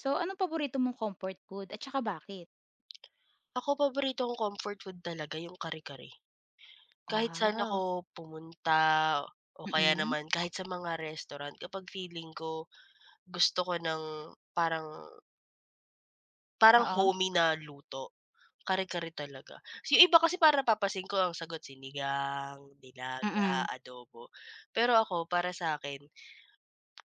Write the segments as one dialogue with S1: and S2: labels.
S1: So, anong paborito mong comfort food at saka bakit?
S2: Ako paborito kong comfort food talaga yung kare-kare. Kahit saan ako
S1: Wow,
S2: pumunta o kaya
S1: mm.
S2: naman kahit sa mga restaurant kapag feeling ko gusto ko ng parang parang
S1: Oo,
S2: homey na luto, kare-kare talaga. So, yung iba kasi parang napapansin ko ang sagot sinigang,
S1: mm.
S2: nilaga, adobo. Pero ako para sa akin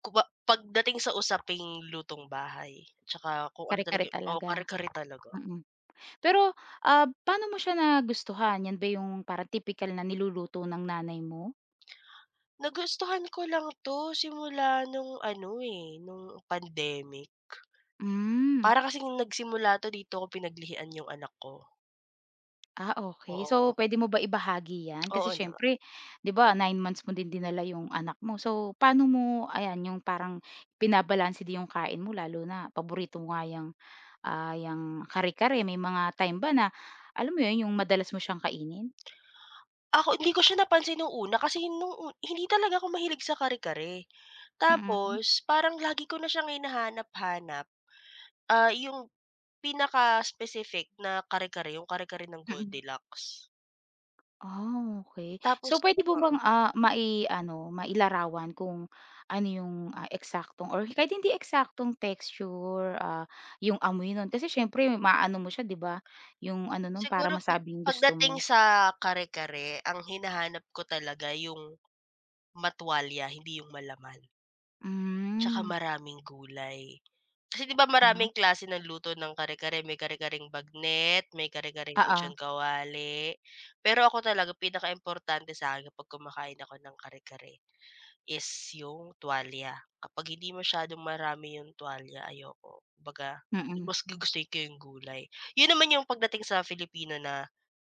S2: kuba pagdating sa usaping lutong bahay, tsaka kung ano
S1: Kare-kare
S2: talaga oo,
S1: talaga,
S2: kare-kare talaga.
S1: mm. Pero, paano mo siya nagustuhan? 'Yan ba yung parang tipikal na niluluto ng nanay mo?
S2: Nagustuhan ko lang 'to simula nung ano, eh, nung pandemic.
S1: Hmm,
S2: Para kasing nagsimula 'to dito ko pinaglihian yung anak ko,
S1: okey.
S2: oo.
S1: So, puwede mo ba ibahagi 'yan? Kasi
S2: Oo naman.
S1: siyempre 'di ba 9 months mo din dinala yung anak mo. So, paano mo ayan yung parang binabalanse din yung kain mo lalo na paborito mo nga yang yang kare-kare may mga time ba na alam mo yun, yung madalas mo siyang kainin?
S2: Ako hindi ko siya napansin nung una kasi nung hindi talaga ako mahilig sa kare-kare.
S1: Mm,
S2: Tapos parang lagi ko na siyang hinahanap-hanap, yung pinaka-specific na kare-kare, yung kare-kare ng
S1: mm.
S2: Goldilocks.
S1: Ah, okey. So
S2: Tapos
S1: puwede mo
S2: oo,
S1: bang, mailarawan kung ano yung, eksaktong or kahit hindi eksaktong texture, yung amoy nun kasi siyempre maano mo siya 'di ba, yung ano nun para
S2: siguro 'pag
S1: masabing gusto mo.
S2: pagdating sa kare-kare ang hinahanap ko talaga yung matwalya, hindi yung malaman, tsaka
S1: Hmm,
S2: maraming gulay. Kasi 'di ba
S1: nap
S2: maraming klase ng luto ng kare-kare, may kare-kareng bagnet, may kare-kareng
S1: oo,
S2: lechon kawali. Pero ako talaga pinakaimportante sa'kin kapag kumakain ako ng kare-kare is yung tuwalya. Kapag hindi masyadong marami yung tuwalya, ayoko. Kumbaga,
S1: mm.
S2: mas gugustuhin ko yung gulay. Yun naman yung pagdating sa Filipino na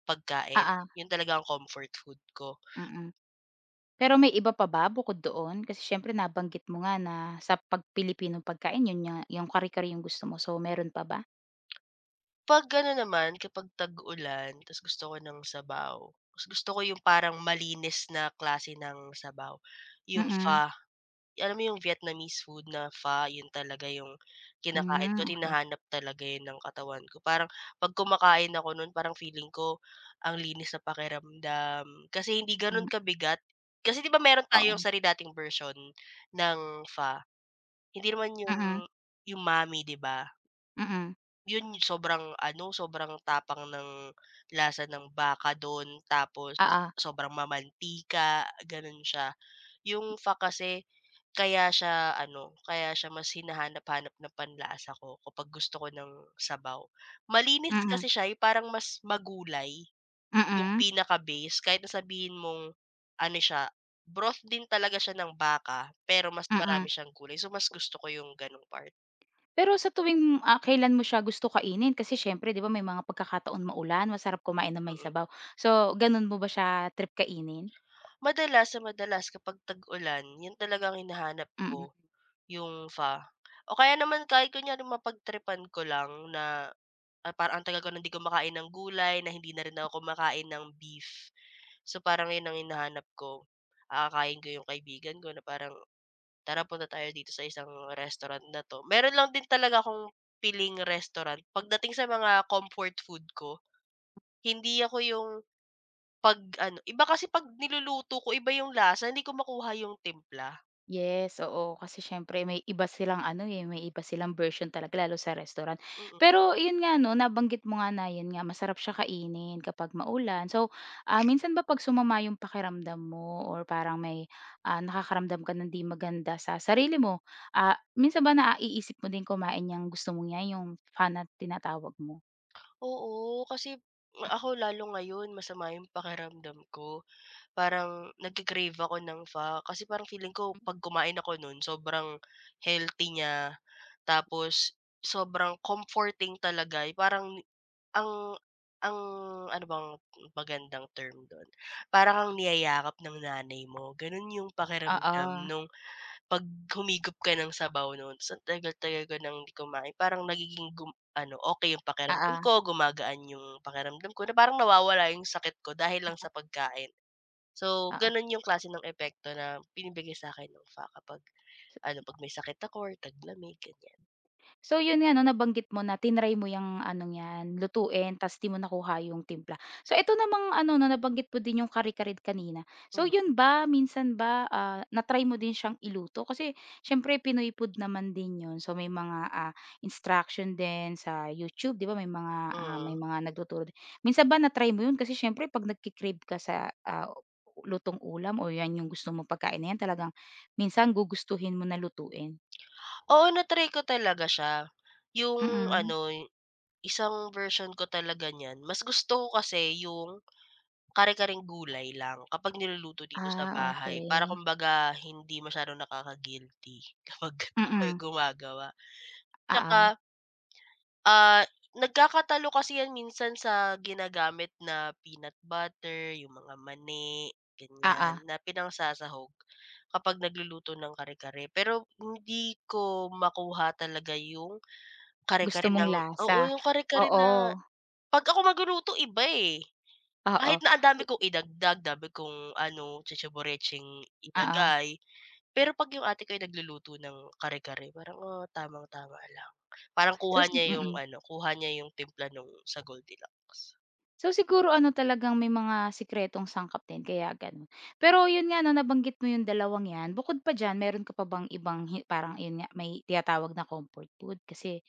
S2: pagkain,
S1: Oo,
S2: yun talaga ang comfort food ko.
S1: mm. Pero may iba pa ba bukod doon? Kasi siyempre nabanggit mo nga na sa 'pag Pilipinong pagkain yun nga yung kare-kare yung gusto mo. So, meron pa ba?
S2: 'Pag ano naman, kapag tag-ulan ta's gusto ko ng sabaw, mas gusto ko yung parang malinis na klase ng sabaw, yung
S1: Mm-mm.
S2: pho. Alam mo yung Vietnamese food na pho, yun talaga yung kinakain ko,
S1: Mm. Okay.
S2: hinahanap talaga yun ng katawan ko. Parang 'pag kumakain ako nun parang feeling ko ang linis sa pakiramdam, kasi hindi gano'n
S1: Mm, okey.
S2: kabigat. Kasi 'di ba meron
S1: Hmm,
S2: tayong
S1: oo.
S2: sari-dating version ng pho, hindi naman yung
S1: Mm,
S2: umami 'di ba?
S1: mm,
S2: Yun sobrang ano, sobrang tapang ng lasa ng baka dun tapos
S1: oo.
S2: sobrang mamantika, ganon siya. Yung pho kasi kaya siya ano, kaya siya mas hinahanap-hanap na panlasa ko kapag gusto ko ng sabaw. Malinis
S1: Mm,
S2: kasi siya, eh, parang mas magulay
S1: mm,
S2: yung
S1: mm.
S2: pinaka-base kahit na sabihin mong ano siya, broth din talaga siya ng baka pero mas
S1: Mm.
S2: marami siyang gulay, so mas gusto ko yung ganong part,
S1: Pero sa tuwing, kailan mo siya gusto kainin? Kasi siyempre 'di ba may mga pagkakataon maulan, masarap kumain ng may
S2: mm.
S1: sabaw. So, ganun mo ba siya trip kainin?
S2: Madalas sa madalas kapag tag-ulan, 'yun talagang ang hinahanap ko,
S1: Mm.
S2: yung pho. O kaya naman kahit kunyari mapagtripan ko lang na, parang ang tagal ko na hindi kumakain ng gulay, na hindi na rin ako kumakain ng beef. So, parang 'yun ang hinahanap ko. Akakain ko yung kaibigan ko na parang, "Tara punta tayo dito sa isang restaurant na 'to." Meron lang din talaga akong piling restaurant. Pagdating sa mga comfort food ko, hindi ako yung 'pag ano iba kasi 'pag niluluto ko iba yung lasa hindi ko makuha yung timpla,
S1: Yes, oo. Kasi siyempre may iba silang ano, eh, may iba silang version talaga lalo sa restaurant.
S2: mm.
S1: Pero yun nga 'no, nabanggit mo nga na yun nga masarap siya kainin kapag maulan. So, minsan ba 'pag sumama yung pakiramdam mo or parang may, nakakaramdam ka ng 'di maganda sa sarili mo, minsan ba naiisip mo din kumain yung gusto mong 'yan, yung FANA tinatawag mo?
S2: Oo, kasi ako lalo ngayon masama yung pakiramdam ko, parang nagke-crave ako ng pho kasi parang feeling ko 'pag kumain ako nun sobrang healthy niya, tapos sobrang comforting talaga, eh, parang ang ang ano bang magandang term dun, para kang niyayakap ng nanay mo, ganun yung pakiramdam
S1: Oo,
S2: nung 'pag humigop ka ng sabaw no'n ta's ang tagal-tagal ko nang hindi kumain parang nagiging gum ano, okey yung pakiramdam
S1: oo,
S2: ko, gumagaan yung pakiramdam ko na parang nawawala yung sakit ko dahil
S1: mm,
S2: lang sa pagkain. So,
S1: oo.
S2: gano'n yung klase ng epekto na binibigay sa'kin ng FA kapag ano, 'pag may sakit ako or taglamig, ganyan.
S1: So yun nga 'no, nabanggit mo na tinry mo yung anong 'yan, lutuin ta's 'di mo nakuha yung timpla. So ito namang ano 'no, nabanggit mo din yung kare kanina. So
S2: Mhm,
S1: yun ba, minsan ba, na-try mo din siyang iluto? Kasi siyempre Pinoy food naman din yun. So may mga, instruction din sa YouTube, 'di ba may mga,
S2: mm.
S1: may mga nagtuturo din. Minsan ba na-try mo yun? Kasi siyempre 'pag nagke ka sa, lutong ulam o 'yan yung gusto mo pagkain na 'yan talagang minsan gugustuhin mo na lutuin.
S2: Oo, na-try ko talaga siya. Yung
S1: Mm.
S2: ano, isang version ko talaga niyan, mas gusto ko kasi yung kare-kareng gulay lang kapag niluluto dito sa
S1: Ah,
S2: bahay para
S1: okey.
S2: kumbaga hindi masyadong nakaka-guilty kapag ako yung
S1: Mm,
S2: gumagawa. Tsaka,
S1: oo,
S2: ah, nagkakatalo kasi yan minsan sa ginagamit na peanut butter, yung mga mani, ganyan,
S1: oo.
S2: na pinangsasahog kapag nagluluto ng kare-kare. Pero hindi ko makuha talaga yung
S1: Gusto
S2: kare-kare
S1: mong
S2: ng oo,
S1: lasa,
S2: yung kare-kare
S1: oo,
S2: na 'pag ako magluluto iba, eh.
S1: oo,
S2: Kahit na ang dami kong idagdag, dami kong ano, tsotsoborecheng
S1: oo.
S2: ilagay, pero 'pag yung ate ko ay nagluluto ng kare-kare parang, tamang-tama lang. Parang
S1: So
S2: kuha
S1: si
S2: niya yung
S1: mm.
S2: ano, kuha niya yung timpla nung sa Goldilocks.
S1: So siguro ano talagang may mga sikretong sangkap din kaya gano'n. Pero 'yun nga 'no, nabanggit mo yung dalawang 'yan, bukod pa diyan meron ka pa bang ibang hi parang 'yun nga, may tinatawag na comfort food? Kasi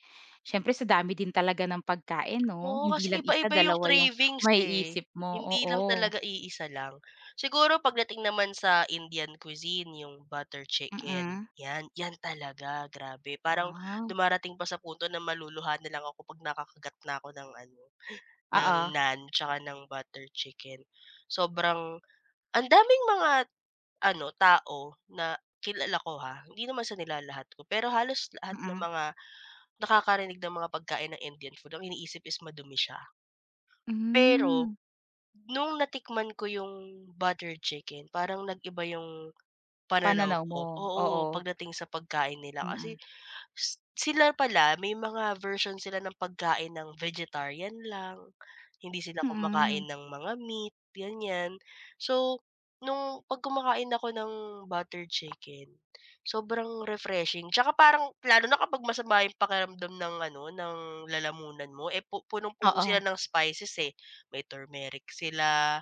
S1: siyempre sa dami din talaga ng pagkain 'no,
S2: Oo,
S1: hindi
S2: kasi
S1: lang isa,
S2: iba-iba yung
S1: dalawa yung
S2: cravings, eh,
S1: maiisip mo,
S2: hindi
S1: oo.
S2: lang talaga iisa lang. Siguro pagdating naman sa Indian cuisine, yung butter chicken,
S1: Mm.
S2: 'yan, 'yan talaga, grabe. Parang
S1: Ah,
S2: dumarating pa sa punto na maluluhan na lang ako 'pag nakakagat na ako ng ano ng
S1: oo,
S2: naan tsaka ng butter chicken. Sobrang ang daming mga ano, tao na kilala ko ha, hindi naman sa nilalahat ko, pero halos lahat ng
S1: mm.
S2: mga nakakarinig ng mga pagkain ng Indian food, ang iniisip is madumi siya. Pero
S1: Hmm.
S2: nung natikman ko yung butter chicken, parang nag-iba yung pananaw
S1: Pananaw
S2: ko.
S1: mo,
S2: Oo,
S1: oo.
S2: pagdating sa pagkain nila kasi
S1: Mm.
S2: sila pala may mga version sila ng pagkain ng vegetarian lang, hindi sila kumakain
S1: Mm.
S2: ng mga meat, ganyan. So, nung 'pag kumakain ako ng butter chicken, sobrang refreshing tsaka parang lalo na kapag masama yung pakiramdam ng ano, ng lalamunan mo, eh, punong-puno
S1: Oo,
S2: sila ng spices, eh. May turmeric sila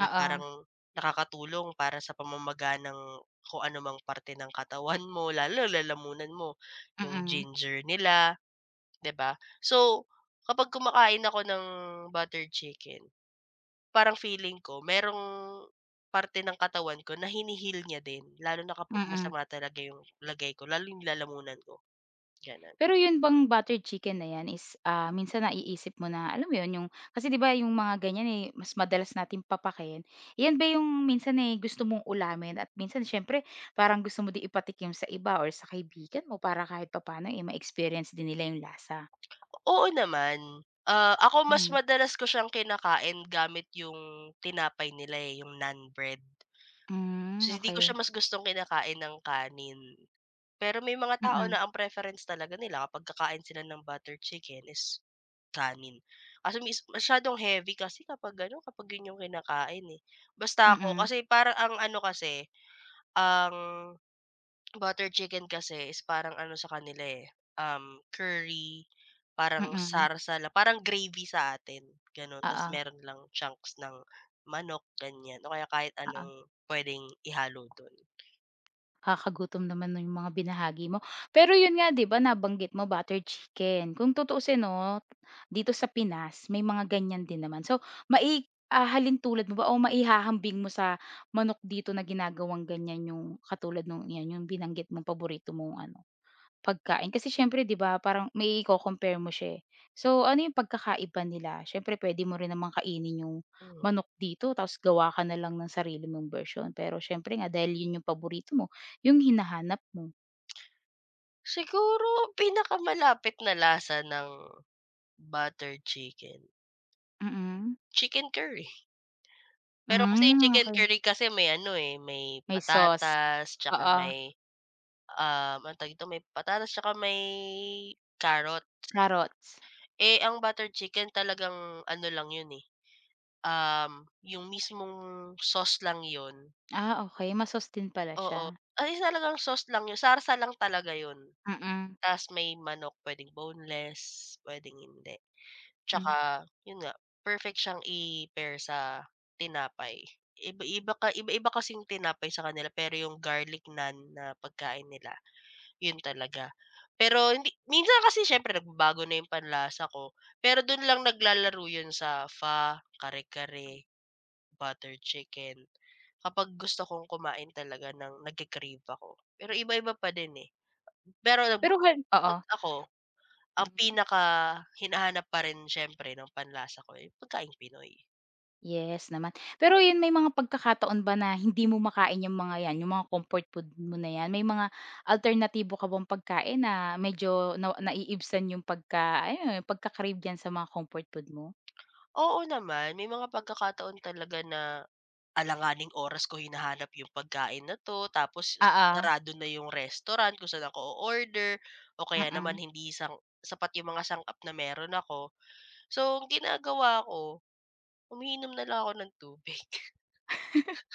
S2: na
S1: oo.
S2: parang nakakatulong para sa pamamaga ng kung ano mang parte ng katawan mo, lalo lalamunan mo. Yung
S1: Mm,
S2: ginger nila, 'di ba? So, kapag kumakain ako ng butter chicken, parang feeling ko merong parte ng katawan ko na hinihil niya din, lalo na kapag
S1: mm.
S2: masama talaga yung lagay ko, lalo yung lalamunan ko, gano'n.
S1: Pero yun bang butter chicken na yan is, minsan naiisip mo na alam mo yun yung kasi 'di ba yung mga ganyan, eh, mas madalas natin papakin. Yan ba yung minsan, eh, gusto mong ulamin at minsan siyempre parang gusto mo din ipatikim sa iba or sa kaibigan mo para kahit papaano, eh, ma-experience din nila yung lasa?
S2: Oo naman, ako mas
S1: Mm.
S2: madalas ko siyang kinakain gamit yung tinapay nila, eh, yung naan bread. So,
S1: Hmm,
S2: hindi ko siya
S1: okey.
S2: mas gustong kinakain ng kanin. Pero may mga tao
S1: Mm,
S2: na ang preference talaga nila kapag kakain sila ng butter chicken is kanin. Kasi mis masyadong heavy kasi kapag ano, kapag yun yung kinakain, eh. Basta ako
S1: mm,
S2: kasi parang ang ano kasi, ang butter chicken kasi is parang ano sa kanila, eh, curry, parang
S1: mm,
S2: sarsala, parang gravy sa atin, gano'n. Tas
S1: oo,
S2: meron lang chunks ng manok, ganyan o kaya kahit
S1: oo.
S2: anong pwedeng ihalo dun.
S1: Nakakagutom naman no yung mga binahagi mo. Pero yun nga 'di ba nabanggit mo butter chicken. Kung tutuusin 'no, dito sa Pinas may mga ganyan din naman. So mai halintulad mo ba o maihahambing mo sa manok dito na ginagawang ganyan yung katulad nung 'yan, yung binanggit mong paborito mong ano Pagkain kasi siyempre 'di ba parang may maiko-compare mo siya, eh. So, ano yung pagkakaiba nila? Siyempre puwede mo rin naman kainin yung
S2: Hmm.
S1: manok dito tapos gawa ka na lang ng sarili mong version Pero siyempre nga dahil yun yung paborito mo, yung hinahanap mo.
S2: Siguro pinakamalapit na lasa ng butter chicken,
S1: Mm-mm. Mm.
S2: chicken curry. Pero kasi yung
S1: Hmm,
S2: chicken
S1: okey.
S2: curry kasi may ano, eh, may
S1: May sauce.
S2: patatas tsaka
S1: Oo,
S2: may, anong tawag dito, may patatas tsaka may carrots.
S1: carrots.
S2: Eh, ang butter chicken talagang ano lang yun, eh, yung mismong sauce lang yun,
S1: Ah, okay ma-sauce din pala siya.
S2: oo. Ay, talagang sauce lang yun, sarsa lang talaga yun.
S1: Mm-mm.
S2: Ta's may manok, puwedeng boneless, puwedeng hindi.
S1: Mm,
S2: Tsaka
S1: hmm.
S2: yun nga, perfect siyang i-pair sa tinapay. Iba-iba kasing tinapay sa kanila pero yung garlic naan na pagkain nila, yun talaga. Pero hindi minsan kasi syempre nagbabago na yung panlasa ko, pero dun lang naglalaro yun sa pho, kare-kare, butter chicken, kapag gusto kong kumain talaga ng nagke-crave ako. Pero iba-iba pa din eh, pero nagbu
S1: Pero hal oo,
S2: ako ang
S1: mm.
S2: pinakahinahanap pa rin siyempre ng panlasa ko, eh, pagkaing Pinoy.
S1: Yes naman. Pero yun may mga pagkakataon ba na hindi mo makain yung mga yan, yung mga comfort food mo na yan? May mga alternatibo ka bang pagkain na medyo na naiibsan yung pagka alam mo yun, pagka sa mga comfort food mo?
S2: Oo naman, may mga pagkakataon talaga na alanganing oras ko hinahanap yung pagkain na 'to tapos
S1: Oo,
S2: sarado na yung restaurant kung saan ako o-order o kaya naman
S1: mm.
S2: hindi sang sapat yung mga sangkap na meron ako. So, ang ginagawa ko, umiinom na lang ako ng tubig.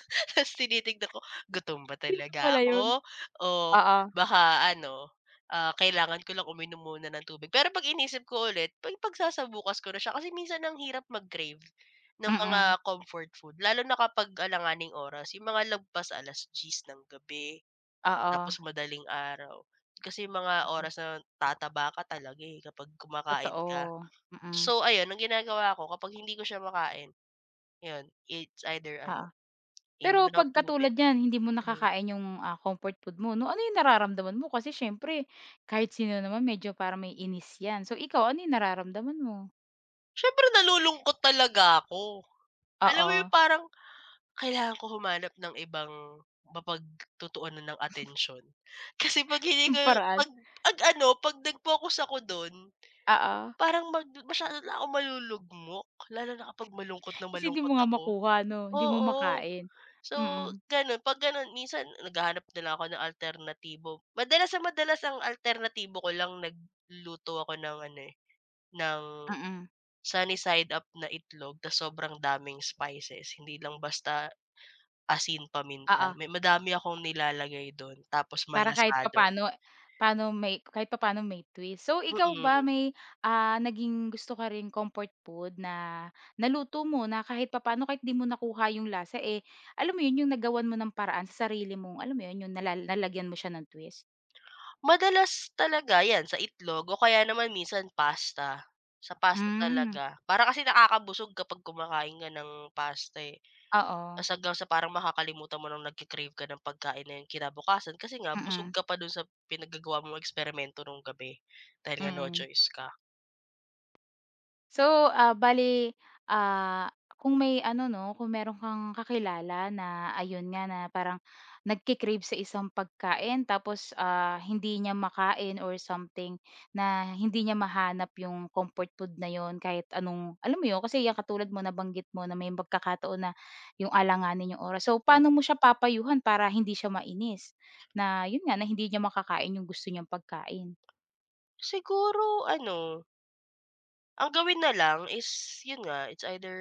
S2: Tapos tinitignan ko, gutom ba
S1: Yun na
S2: talaga
S1: pala yun.
S2: ako o
S1: Oo,
S2: baka ano, kailangan ko lang uminom muna ng tubig. Pero 'pag inisip ko ulit, pagsasabukas ko na siya kasi minsan ang hirap mag-crave ng mga
S1: mm.
S2: comfort food lalo na kapag alanganing oras, yung mga lagpas 10 ng gabi,
S1: Oo,
S2: tapos madaling araw. Kasi yung mga
S1: mm.
S2: oras na tataba ka talaga, eh, kapag kumakain ka.
S1: Totoo, mm,
S2: So ayun, ang ginagawa ko kapag hindi ko siya makain, yun, it's either
S1: oo.
S2: ano,
S1: Pero
S2: inom ng
S1: 'pag
S2: tubig.
S1: katulad niyan hindi mo
S2: Hmm.
S1: nakakain yung, comfort food mo 'no, ano yung nararamdaman mo? Kasi siyempre kahit sino naman medyo para may inis yan. So ikaw, ano yung nararamdaman mo?
S2: Siyempre nalulungkot talaga ako. Alam mo yung
S1: Oo,
S2: parang kailangan ko humanap ng ibang mapagtutuunan ng atensyon. Kasi 'pag hindi ko
S1: yung paraan,
S2: 'pag 'pag ano, 'pag nag-focus ako dun,
S1: oo.
S2: parang mag masyado na ako malulugmok, lalo na kapag malungkot na
S1: Kasi hindi
S2: malungkot
S1: mo nga
S2: ako.
S1: makuha 'no, hindi mo
S2: Oo.
S1: makain.
S2: So
S1: Mm,
S2: ganun, 'pag ganun minsan naghahanap na lang ako ng alternatibo. Madalas na madalas ang alternatibo ko lang nagluto ako ng ano, eh, ng
S1: mm,
S2: sunny side up na itlog ta's sobrang daming spices, hindi lang basta asin, paminta,
S1: oo.
S2: may madami akong nilalagay dun tapos
S1: Para kahit
S2: malasado.
S1: papaano paano may kahit papaano may twist. So ikaw ba
S2: Mm,
S1: may, naging gusto ka ring comfort food na naluto mo na kahit papaano kahit 'di mo nakuha yung lasa, eh, alam mo yun yung nagawan mo ng paraan sa sarili mong alam mo yun, yung nala nalagyan mo siya ng twist?
S2: madalas talaga 'yan sa itlog o kaya naman minsan pasta, sa pasta
S1: Hmm,
S2: talaga. Para kasi nakakabusog kapag kumakain ka ng pasta, eh,
S1: oo.
S2: ta's hanggang sa parang makakalimutan mo ng nagke-crave ka ng pagkain na yun kinabukasan kasi nga busog
S1: Mm,
S2: ka pa dun sa pinaggagawa mong eksperimento nung gabi dahil nga no
S1: mm.
S2: choice ka.
S1: So, ah, kung may ano 'no, kung meron kang kakilala na ayun nga na parang nagke-crave sa isang pagkain tapos, hindi niya makain or something na hindi niya mahanap yung comfort food na yon kahit anong alam mo yun, kasi yung katulad mo nabanggit mo na may pagkakataon na yung alanganin yung oras. So,
S2: Hmm,
S1: paano mo siya papayuhan para hindi siya mainis na yun nga, na hindi niya makakain yung gusto niyang pagkain?
S2: siguro ano ang gawin na lang is yun nga, it's either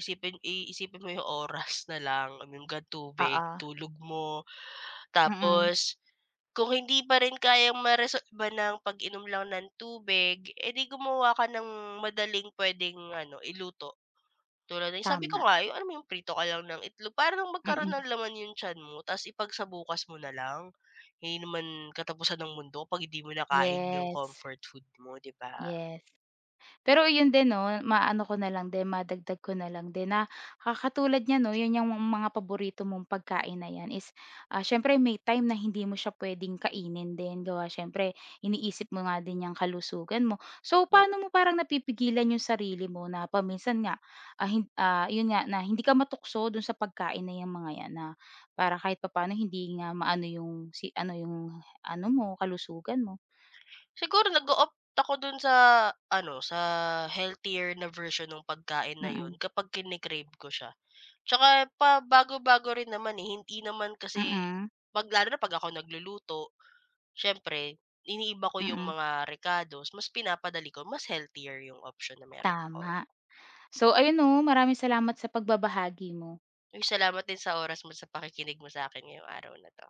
S2: isipin mo yung oras na lang, I mean God, tubig,
S1: Oo.
S2: tulog mo.
S1: Mm,
S2: Tapos kung hindi pa rin kayang maresolba ng pag-inom lang ng tubig, eh, di gumawa ka ng madaling pwedeng ano, iluto. Tulad ng sabi ko
S1: tama.
S2: nga, yung alam mo yung prito ka lang ng itlog para lang magkaroon
S1: Mm.
S2: ng laman yung tiyan mo ta's ipagsabukas mo na lang. Hindi naman katapusan ng mundo pag hindi mo nakain yung
S1: Yes,
S2: comfort food mo, 'di ba?
S1: yes. Pero yun din 'no, maano ko na lang din, madagdag ko na lang din na ka katulad niyan 'no, yun yang mga paborito mong pagkain na yan is, siyempre may time na hindi mo siya puwedeng kainin din gawa siyempre iniisip mo nga din yang kalusugan mo. So, paano mo parang napipigilan yung sarili mo na paminsan nga, yun nga na hindi ka matukso dun sa pagkain na yang mga yan na para kahit papaano hindi nga maano yung si ano yung ano mo, kalusugan mo?
S2: Siguro nag-o-opt ako dun sa ano, sa healthier na version nung pagkain na yun
S1: Mm,
S2: kapag kine-crave ko siya. Tsaka pabago-bago rin naman, eh, hindi naman kasi
S1: mm.
S2: 'pag lalo na 'pag ako nagluluto, siyempre iniiba ko yung
S1: Mm,
S2: mga rekados, mas pinapadali ko, mas healthier yung option na meron ako.
S1: tama. So ayun 'no, maraming salamat sa pagbabahagi mo.
S2: Uy, salamat din sa oras mo sa pakikinig mo sa'kin ngayong araw na 'to.